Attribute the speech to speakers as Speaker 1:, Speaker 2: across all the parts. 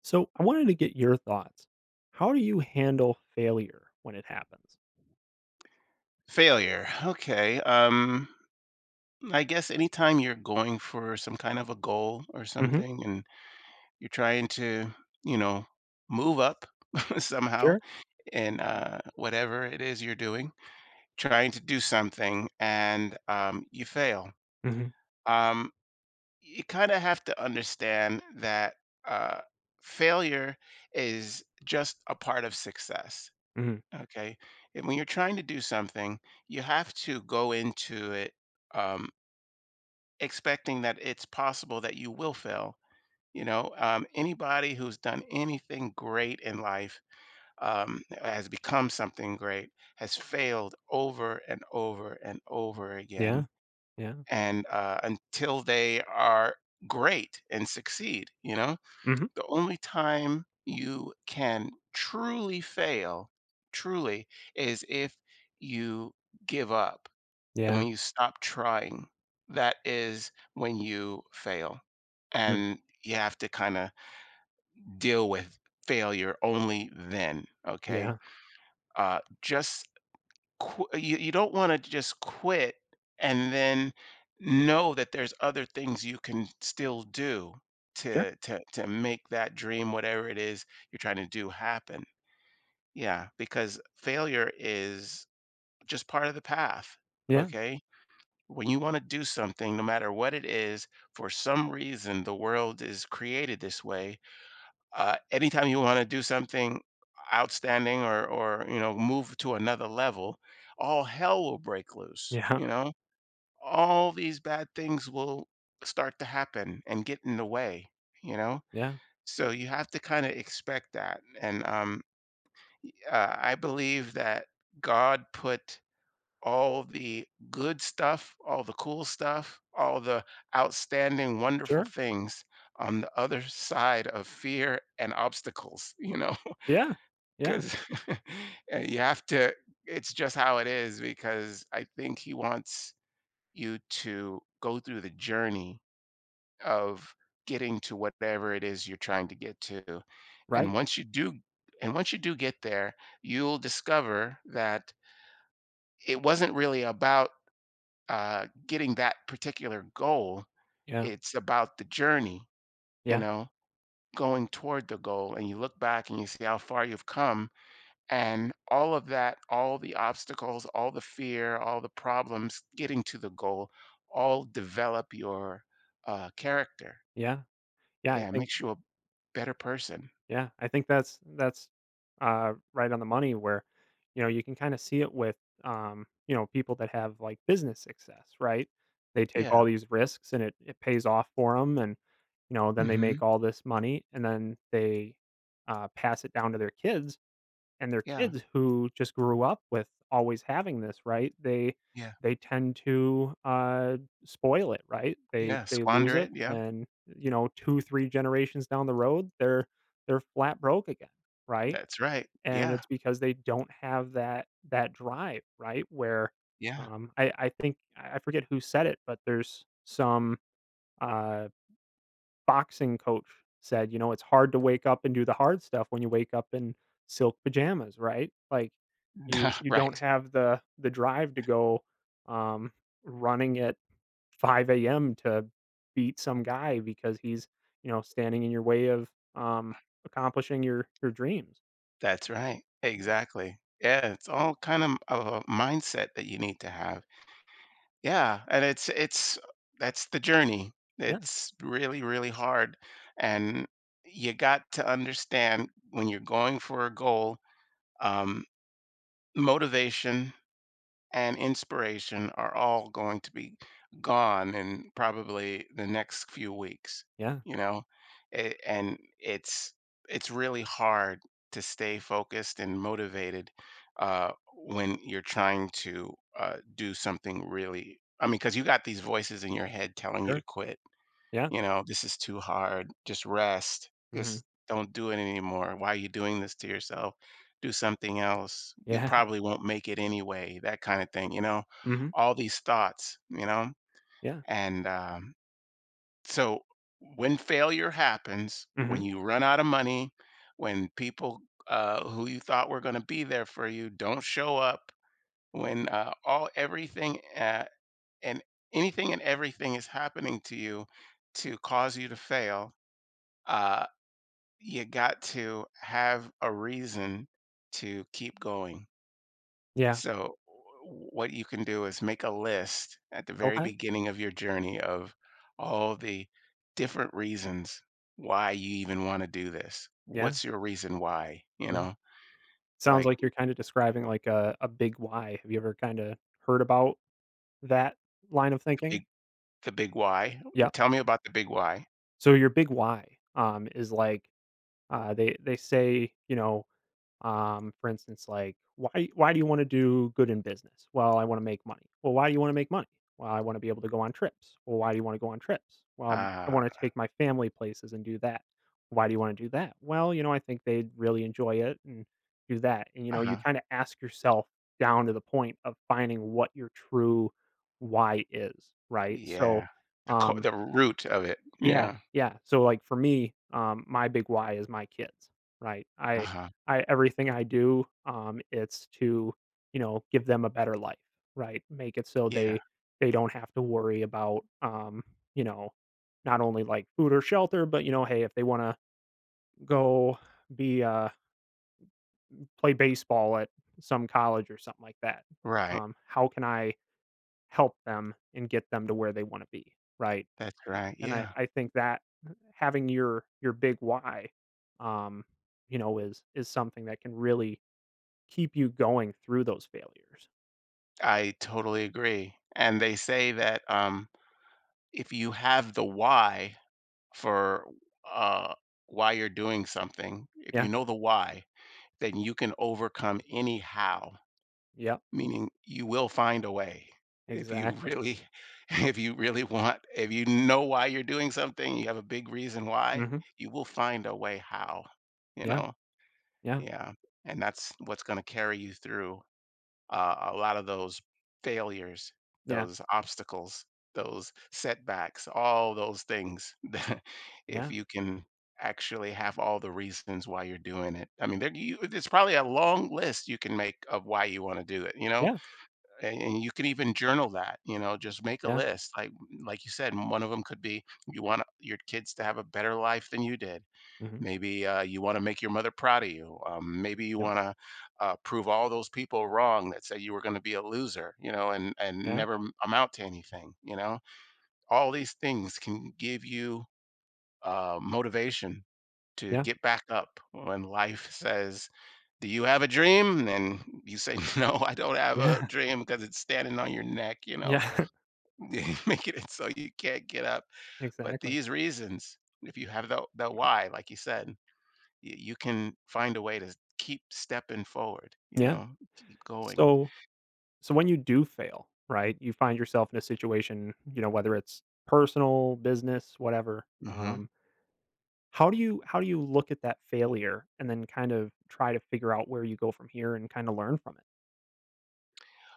Speaker 1: So I wanted to get your thoughts. How do you handle failure when it happens?
Speaker 2: Failure. Okay. I guess anytime you're going for some kind of a goal or
Speaker 1: Hmm.
Speaker 2: something and you're trying to, you know, move up somehow
Speaker 1: Sure.
Speaker 2: in whatever it is you're doing, trying to do something and you fail,
Speaker 1: Hmm.
Speaker 2: um, you kind of have to understand that uh, failure is just a part of success.
Speaker 1: Hmm.
Speaker 2: Okay. And when you're trying to do something, you have to go into it. Um, Expecting that it's possible that you will fail. Anybody who's done anything great in life has become something great, has failed over and over and over again.
Speaker 1: Yeah. Yeah.
Speaker 2: And until they are great and succeed, you know,
Speaker 1: Hmm.
Speaker 2: the only time you can truly fail, truly, is if you give up and
Speaker 1: Yeah.
Speaker 2: when you stop trying. That is when you fail
Speaker 1: Mm.
Speaker 2: and you have to kind of deal with failure only then. Okay.
Speaker 1: Yeah.
Speaker 2: uh just you don't want to just quit and then know that there's other things you can still do
Speaker 1: Sure.
Speaker 2: to make that dream, whatever it is you're trying to do, happen. Yeah, because failure is just part of the path.
Speaker 1: Yeah.
Speaker 2: Okay. When you want to do something, no matter what it is, for some reason the world is created this way. Anytime you want to do something outstanding, or you know, move to another level, all hell will break loose,
Speaker 1: Yeah.
Speaker 2: you know. All these bad things will start to happen and get in the way, you know.
Speaker 1: Yeah.
Speaker 2: So you have to kind of expect that. And I believe that God put all the good stuff, all the cool stuff, all the outstanding wonderful
Speaker 1: Sure.
Speaker 2: things on the other side of fear and obstacles, you know.
Speaker 1: Yeah. Yeah.
Speaker 2: 'Cause you have to, it's just how it is, because I think he wants you to go through the journey of getting to whatever it is you're trying to get to. And
Speaker 1: Right.
Speaker 2: once you do, and once you do get there, you'll discover that it wasn't really about, getting that particular goal.
Speaker 1: Yeah.
Speaker 2: It's about the journey, you
Speaker 1: Yeah.
Speaker 2: know, going toward the goal, and you look back and you see how far you've come, and all of that, all the obstacles, all the fear, all the problems getting to the goal, all develop your character.
Speaker 1: Yeah. Yeah. I
Speaker 2: Yeah,
Speaker 1: think
Speaker 2: makes you a better person.
Speaker 1: Yeah, I think that's right on the money. Where, you know, you can kind of see it with, you know, people that have, like, business success, right? They take
Speaker 2: Yeah.
Speaker 1: all these risks, and it pays off for them, and then they
Speaker 2: Hmm.
Speaker 1: make all this money, and then they pass it down to their kids, and their
Speaker 2: Yeah.
Speaker 1: kids who just grew up with always having this, right? They
Speaker 2: Yeah.
Speaker 1: they tend to spoil it, right? They
Speaker 2: Yeah,
Speaker 1: they lose
Speaker 2: squander it,
Speaker 1: it,
Speaker 2: yeah.
Speaker 1: and two three generations down the road, they're flat broke again, right?
Speaker 2: That's right,
Speaker 1: And
Speaker 2: yeah.
Speaker 1: it's because they don't have that drive, right? Where
Speaker 2: Yeah.
Speaker 1: I think I forget who said it, but there's some uh boxing coach said, you know, it's hard to wake up and do the hard stuff when you wake up in silk pajamas, right? Like you you don't
Speaker 2: Right.
Speaker 1: have the drive to go um running at 5 a.m. to beat some guy because he's, you know, standing in your way of accomplishing your dreams.
Speaker 2: That's right,
Speaker 1: Yeah.
Speaker 2: exactly. Yeah, it's all kind of a mindset that you need to have. Yeah, and it's that's the journey.
Speaker 1: Yeah.
Speaker 2: It's really, really hard, and you got to understand, when you're going for a goal, um, motivation and inspiration are all going to be gone in probably the next few weeks,
Speaker 1: Yeah.
Speaker 2: you know. And it's really hard to stay focused and motivated when you're trying to do something, really. I mean, because you got these voices in your head telling you to
Speaker 1: Sure.
Speaker 2: quit,
Speaker 1: Yeah.
Speaker 2: you know, this is too hard. Just rest.
Speaker 1: Mhm.
Speaker 2: Just don't do it anymore. Why are you doing this to yourself? Do something else. You
Speaker 1: Yeah.
Speaker 2: probably won't make it anyway. That kind of thing, you know?
Speaker 1: Mhm.
Speaker 2: All these thoughts, you know?
Speaker 1: Yeah.
Speaker 2: And so when failure happens, when
Speaker 1: Mhm.
Speaker 2: you run out of money, when people who you thought were going to be there for you don't show up, when all everything and anything and everything is happening to you to cause you to fail, uh, you got to have a reason to keep going.
Speaker 1: Yeah.
Speaker 2: So, what you can do is make a list at the very
Speaker 1: Okay.
Speaker 2: beginning of your journey of all the different reasons why you even want to do this.
Speaker 1: Yeah.
Speaker 2: What's your reason why? You
Speaker 1: Yeah.
Speaker 2: know,
Speaker 1: Sounds
Speaker 2: like
Speaker 1: like you're kinda describing, like, a big why. Have you ever kinda heard about that line of
Speaker 2: the
Speaker 1: thinking?
Speaker 2: big, the big why.
Speaker 1: Yeah.
Speaker 2: Tell me about the big why.
Speaker 1: So your big why, is like, they say, you know. For instance, like, why do you want to do good in business? Well, I want to make money. Well, why do you want to make money? Well, I want to be able to go on trips. Well, why do you want to go on trips? Well, I
Speaker 2: Uh,
Speaker 1: want to take my family places and do that. Why do you want to do that? Well, you know, I think they'd really enjoy it and do that. And you know, you
Speaker 2: uh-huh.
Speaker 1: kind of ask yourself down to the point of finding what your true why is, right?
Speaker 2: Yeah.
Speaker 1: So,
Speaker 2: The,
Speaker 1: um,
Speaker 2: the root of it.
Speaker 1: yeah,
Speaker 2: Yeah.
Speaker 1: yeah. So, like, for me, my big why is my kids, right?
Speaker 2: Uh huh.
Speaker 1: I Everything I do, it's to, you know, give them a better life, right? Make it so
Speaker 2: Yeah.
Speaker 1: they don't have to worry about, you know, not only, like, food or shelter, but, you know, hey, if they want to go be play baseball at some college or something like that,
Speaker 2: Right.
Speaker 1: how can I help them and get them to where they want to be, right?
Speaker 2: That's right.
Speaker 1: And I
Speaker 2: Yeah.
Speaker 1: I think that having your big why, um, you know, is something that can really keep you going through those failures.
Speaker 2: I totally agree. And they say that if you have the why for uh, why you're doing something, if you
Speaker 1: Yeah.
Speaker 2: know the why, then you can overcome any how,
Speaker 1: Yeah.
Speaker 2: meaning you will find a way. If you
Speaker 1: Exactly.
Speaker 2: really, if you really want, if you know why you're doing something, you have a big reason why,
Speaker 1: Mhm.
Speaker 2: you will find a way how, you
Speaker 1: Yeah.
Speaker 2: know?
Speaker 1: Yeah.
Speaker 2: Yeah. And that's what's going to carry you through a lot of those failures,
Speaker 1: Yeah.
Speaker 2: those obstacles, those setbacks, all those things that if
Speaker 1: Yeah.
Speaker 2: you can actually have all the reasons why you're doing it. I mean, there you it's probably a long list you can make of why you want to do it, you know?
Speaker 1: Yeah.
Speaker 2: And you can even journal that, you know, just make a
Speaker 1: Yeah.
Speaker 2: list. Like you said, one of them could be you want your kids to have a better life than you did.
Speaker 1: Mhm.
Speaker 2: Maybe you want to make your mother proud of you. Maybe you
Speaker 1: Yep.
Speaker 2: want to prove all those people wrong that said you were going to be a loser, you know, and
Speaker 1: Yeah.
Speaker 2: never amount to anything. You know, all these things can give you motivation to
Speaker 1: Yeah.
Speaker 2: get back up when life says, "Do you have a dream?" And you say, "No, I don't have a
Speaker 1: Yeah.
Speaker 2: dream because it's standing on your neck." You know,
Speaker 1: Yeah.
Speaker 2: making it so you can't get up. But
Speaker 1: Exactly.
Speaker 2: these reasons, if you have the why, like you said, you can find a way to keep stepping forward, you
Speaker 1: Yeah.
Speaker 2: know, keep going.
Speaker 1: So so when you do fail, right? You find yourself in a situation, you know, whether it's personal, business, whatever.
Speaker 2: Hmm.
Speaker 1: How do you look at that failure and then kind of try to figure out where you go from here and kinda learn from it?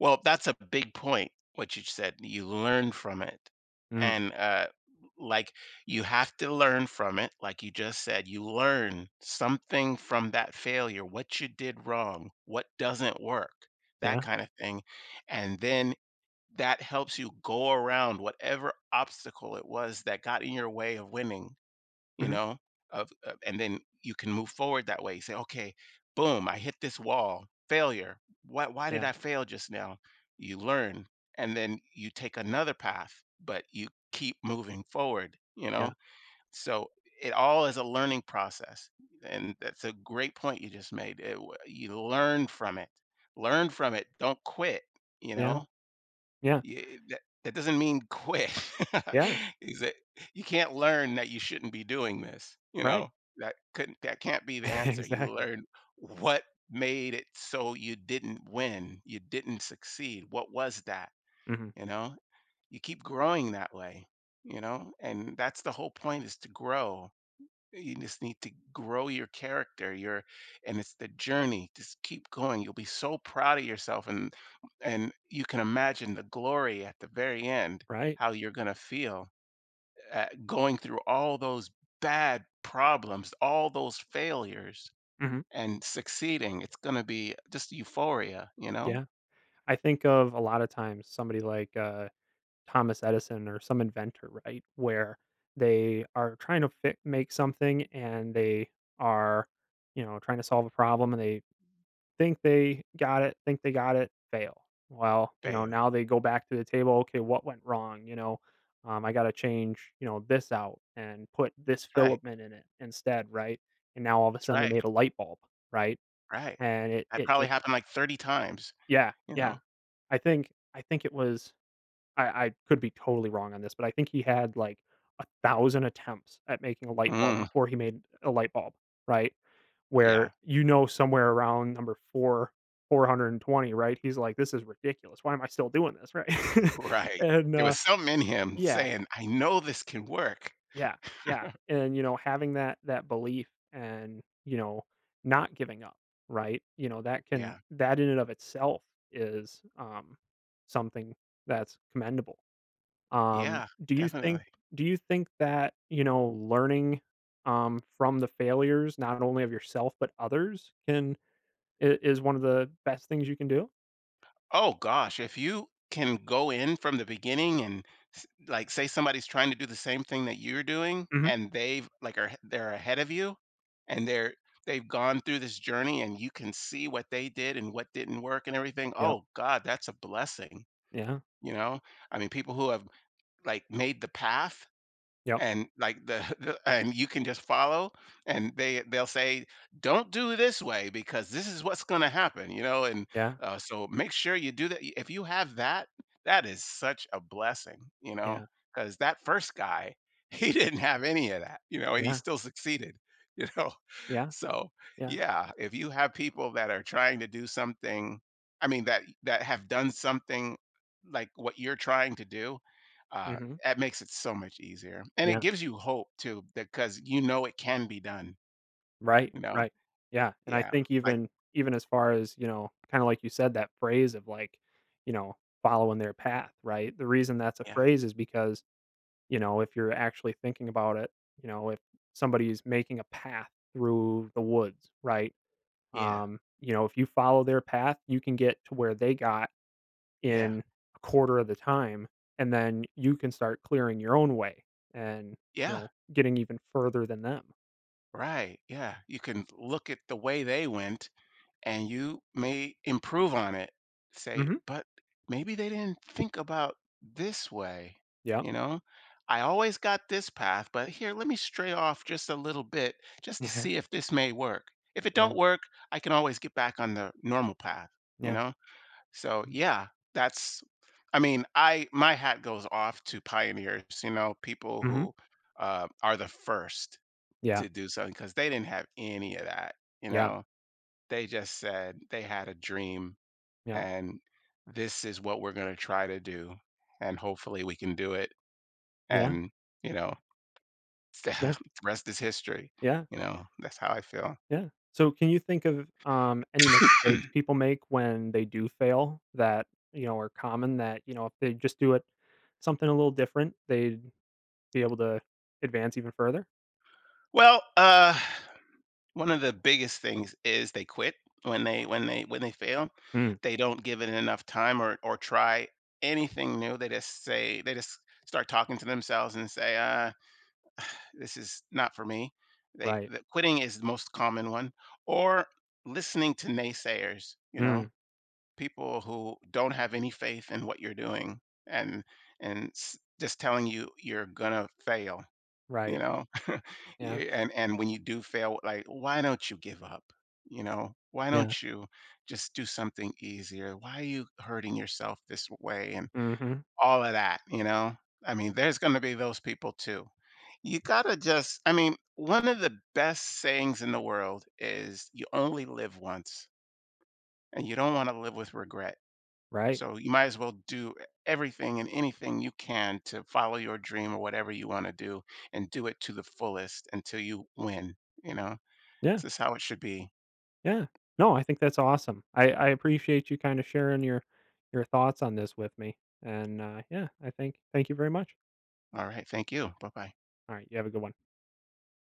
Speaker 2: Well, that's a big point, what you said. You learn from it.
Speaker 1: Mm,
Speaker 2: And like you have to learn from it. Like you just said, you learn something from that failure, what you did wrong, what doesn't work, that
Speaker 1: yeah,
Speaker 2: kind of thing. And then that helps you go around whatever obstacle it was that got in your way of winning, you
Speaker 1: mhm,
Speaker 2: know, of and then you can move forward that way. Say, okay, boom, I hit this wall, failure. Why did
Speaker 1: yeah,
Speaker 2: I fail just now? You learn, and then you take another path, but you keep moving forward, you know.
Speaker 1: yeah,
Speaker 2: So it all is a learning process, and that's a great point you just made it, you learn from it. Learn from it, don't quit, you
Speaker 1: yeah,
Speaker 2: know.
Speaker 1: yeah,
Speaker 2: Yeah, that that doesn't mean quit.
Speaker 1: yeah,
Speaker 2: Is that you can't learn that you shouldn't be doing this, you know?
Speaker 1: right.
Speaker 2: That can't be the answer. You
Speaker 1: Exactly.
Speaker 2: learn what made it so you didn't win, you didn't succeed. What was that,
Speaker 1: Mhm,
Speaker 2: you know? You keep growing that way, you know? And that's the whole point, is to grow. You just need to grow your character, your and it's the journey. Just keep going. You'll be so proud of yourself, and you can imagine the glory at the very end,
Speaker 1: right,
Speaker 2: how you're going to feel at going through all those bad problems, all those failures,
Speaker 1: mhm,
Speaker 2: and succeeding. It's going to be just euphoria, you know?
Speaker 1: yeah. I think of a lot of times somebody like, Thomas Edison or some inventor, right, where they are trying to fi make something, and they are, you know, trying to solve a problem, and they think they got it, think they got it, fail. Well, you know,
Speaker 2: Bam.
Speaker 1: now they go back to the table. Okay, what went wrong? You know, I got to change, you know, this out and put this
Speaker 2: That's right.
Speaker 1: filament in it instead, right? And now all of a
Speaker 2: That's
Speaker 1: sudden they
Speaker 2: right.
Speaker 1: made a light bulb, right?
Speaker 2: Right.
Speaker 1: And it
Speaker 2: That
Speaker 1: it
Speaker 2: probably
Speaker 1: just
Speaker 2: happened like 30 times,
Speaker 1: yeah,
Speaker 2: you
Speaker 1: yeah.
Speaker 2: know?
Speaker 1: I think it was I could be totally wrong on this, but I think he had, like, 1,000 attempts at making a light bulb
Speaker 2: Mm.
Speaker 1: before he made a light bulb, right? Where,
Speaker 2: Yeah.
Speaker 1: you know, somewhere around number 4, 420, right? He's like, "This is ridiculous. Why am I still doing this?" Right?
Speaker 2: Right.
Speaker 1: And,
Speaker 2: There was something in him
Speaker 1: yeah,
Speaker 2: saying, "I know this can work."
Speaker 1: yeah, yeah, and, you know, having that belief and, you know, not giving up, right? You know, that can
Speaker 2: Yeah.
Speaker 1: that in and of itself is, something that's commendable. Um,
Speaker 2: Yeah,
Speaker 1: do you
Speaker 2: definitely.
Speaker 1: think do you think that, you know, learning, from the failures, not only of yourself but others, can I is one of the best things you can do?
Speaker 2: Oh gosh, if you can go in from the beginning and say somebody's trying to do the same thing that you're doing,
Speaker 1: Mhm.
Speaker 2: and they've like, are they're ahead of you, and they've gone through this journey, and you can see what they did and what didn't work and everything.
Speaker 1: Yep.
Speaker 2: Oh god, that's a blessing,
Speaker 1: Yeah.
Speaker 2: you know? I mean, people who have, like, made the path
Speaker 1: Yep.
Speaker 2: and like the, the and you can just follow, and they'll say, don't do this way because this is what's going to happen, you know, and
Speaker 1: Yeah.
Speaker 2: so make sure you do that. If you have that, that is such a blessing, you know,
Speaker 1: Yeah.
Speaker 2: because that first guy he didn't have any of that, you know, and he
Speaker 1: Yeah.
Speaker 2: still succeeded, you know.
Speaker 1: Yeah.
Speaker 2: So,
Speaker 1: Yeah.
Speaker 2: yeah, if you have people that are trying to do something, I mean that have done something like what you're trying to do, uh,
Speaker 1: Mhm.
Speaker 2: that makes it so much easier, and it
Speaker 1: Yeah.
Speaker 2: gives you hope too, because you know it can be done.
Speaker 1: Right.
Speaker 2: You know,
Speaker 1: Right. Yeah, and I
Speaker 2: yeah,
Speaker 1: think
Speaker 2: like
Speaker 1: even as far as, you know, kinda like you said, that phrase of, like, you know, following their path, right? The reason that's a
Speaker 2: yeah,
Speaker 1: phrase is because, you know, if you're actually thinking about it, you know, if somebody's making a path through the woods, right?
Speaker 2: yeah,
Speaker 1: You know, if you follow their path, you can get to where they got
Speaker 2: yeah,
Speaker 1: in a quarter of the time, and then you can start clearing your own way and, you
Speaker 2: yeah,
Speaker 1: know, getting even further than them.
Speaker 2: right, yeah. You can look at the way they went, and you may improve on it. Say,
Speaker 1: Mhm.
Speaker 2: but maybe they didn't think about this way,
Speaker 1: Yeah.
Speaker 2: you know? I always got this path, but here, let me stray off just a little bit, just to see if this may work. If it
Speaker 1: Yeah.
Speaker 2: don't work, I can always get back on the normal path, you
Speaker 1: Yeah.
Speaker 2: know? So,
Speaker 1: Yeah.
Speaker 2: yeah, that's, I mean, I, my hat goes off to pioneers, you know, people
Speaker 1: Mhm.
Speaker 2: who are the first
Speaker 1: Yeah.
Speaker 2: to do something because they didn't have any of that, you
Speaker 1: Yeah.
Speaker 2: know. They just said they had a dream,
Speaker 1: Yeah.
Speaker 2: and this is what we're gonna try to do, and hopefully we can do it,
Speaker 1: Yeah.
Speaker 2: and, you know,
Speaker 1: Yeah.
Speaker 2: the rest is history,
Speaker 1: Yeah.
Speaker 2: you know? That's how I feel.
Speaker 1: Yeah. So can you think of, any mistakes people make when they do fail that, you know, are common that, you know, if they just do it something a little different, they'd be able to advance even further?
Speaker 2: Well, one of the biggest things is they quit when they fail.
Speaker 1: Mm,
Speaker 2: They don't give it enough time or try anything new. They just say, they just start talking to themselves and say, "Uh," this is not for me. They,
Speaker 1: right.
Speaker 2: the quitting is the most common one, or listening to naysayers, you know,
Speaker 1: Mm,
Speaker 2: people who don't have any faith in what you're doing, and and just telling you you're gonna fail, you
Speaker 1: right.
Speaker 2: know. Yeah,
Speaker 1: Yeah.
Speaker 2: and when you do fail, like, why don't you give up? You know, why
Speaker 1: Yeah.
Speaker 2: don't you just do something easier? Why are you hurting yourself this way? And
Speaker 1: Mhm.
Speaker 2: all of that, you know? I mean, there's going to be those people too. You got to just, I mean, one of the best sayings in the world is you only live once, and you don't want to live with regret.
Speaker 1: Right.
Speaker 2: So you might as well do everything and anything you can to follow your dream or whatever you want to do, and do it to the fullest until you win, you know?
Speaker 1: Yeah.
Speaker 2: This is how it should be.
Speaker 1: Yeah. No, I think that's awesome. I appreciate you kinda sharing your thoughts on this with me. And, yeah, I think thank you very much.
Speaker 2: All right. Thank you. Bye bye.
Speaker 1: Alright, you have a good one.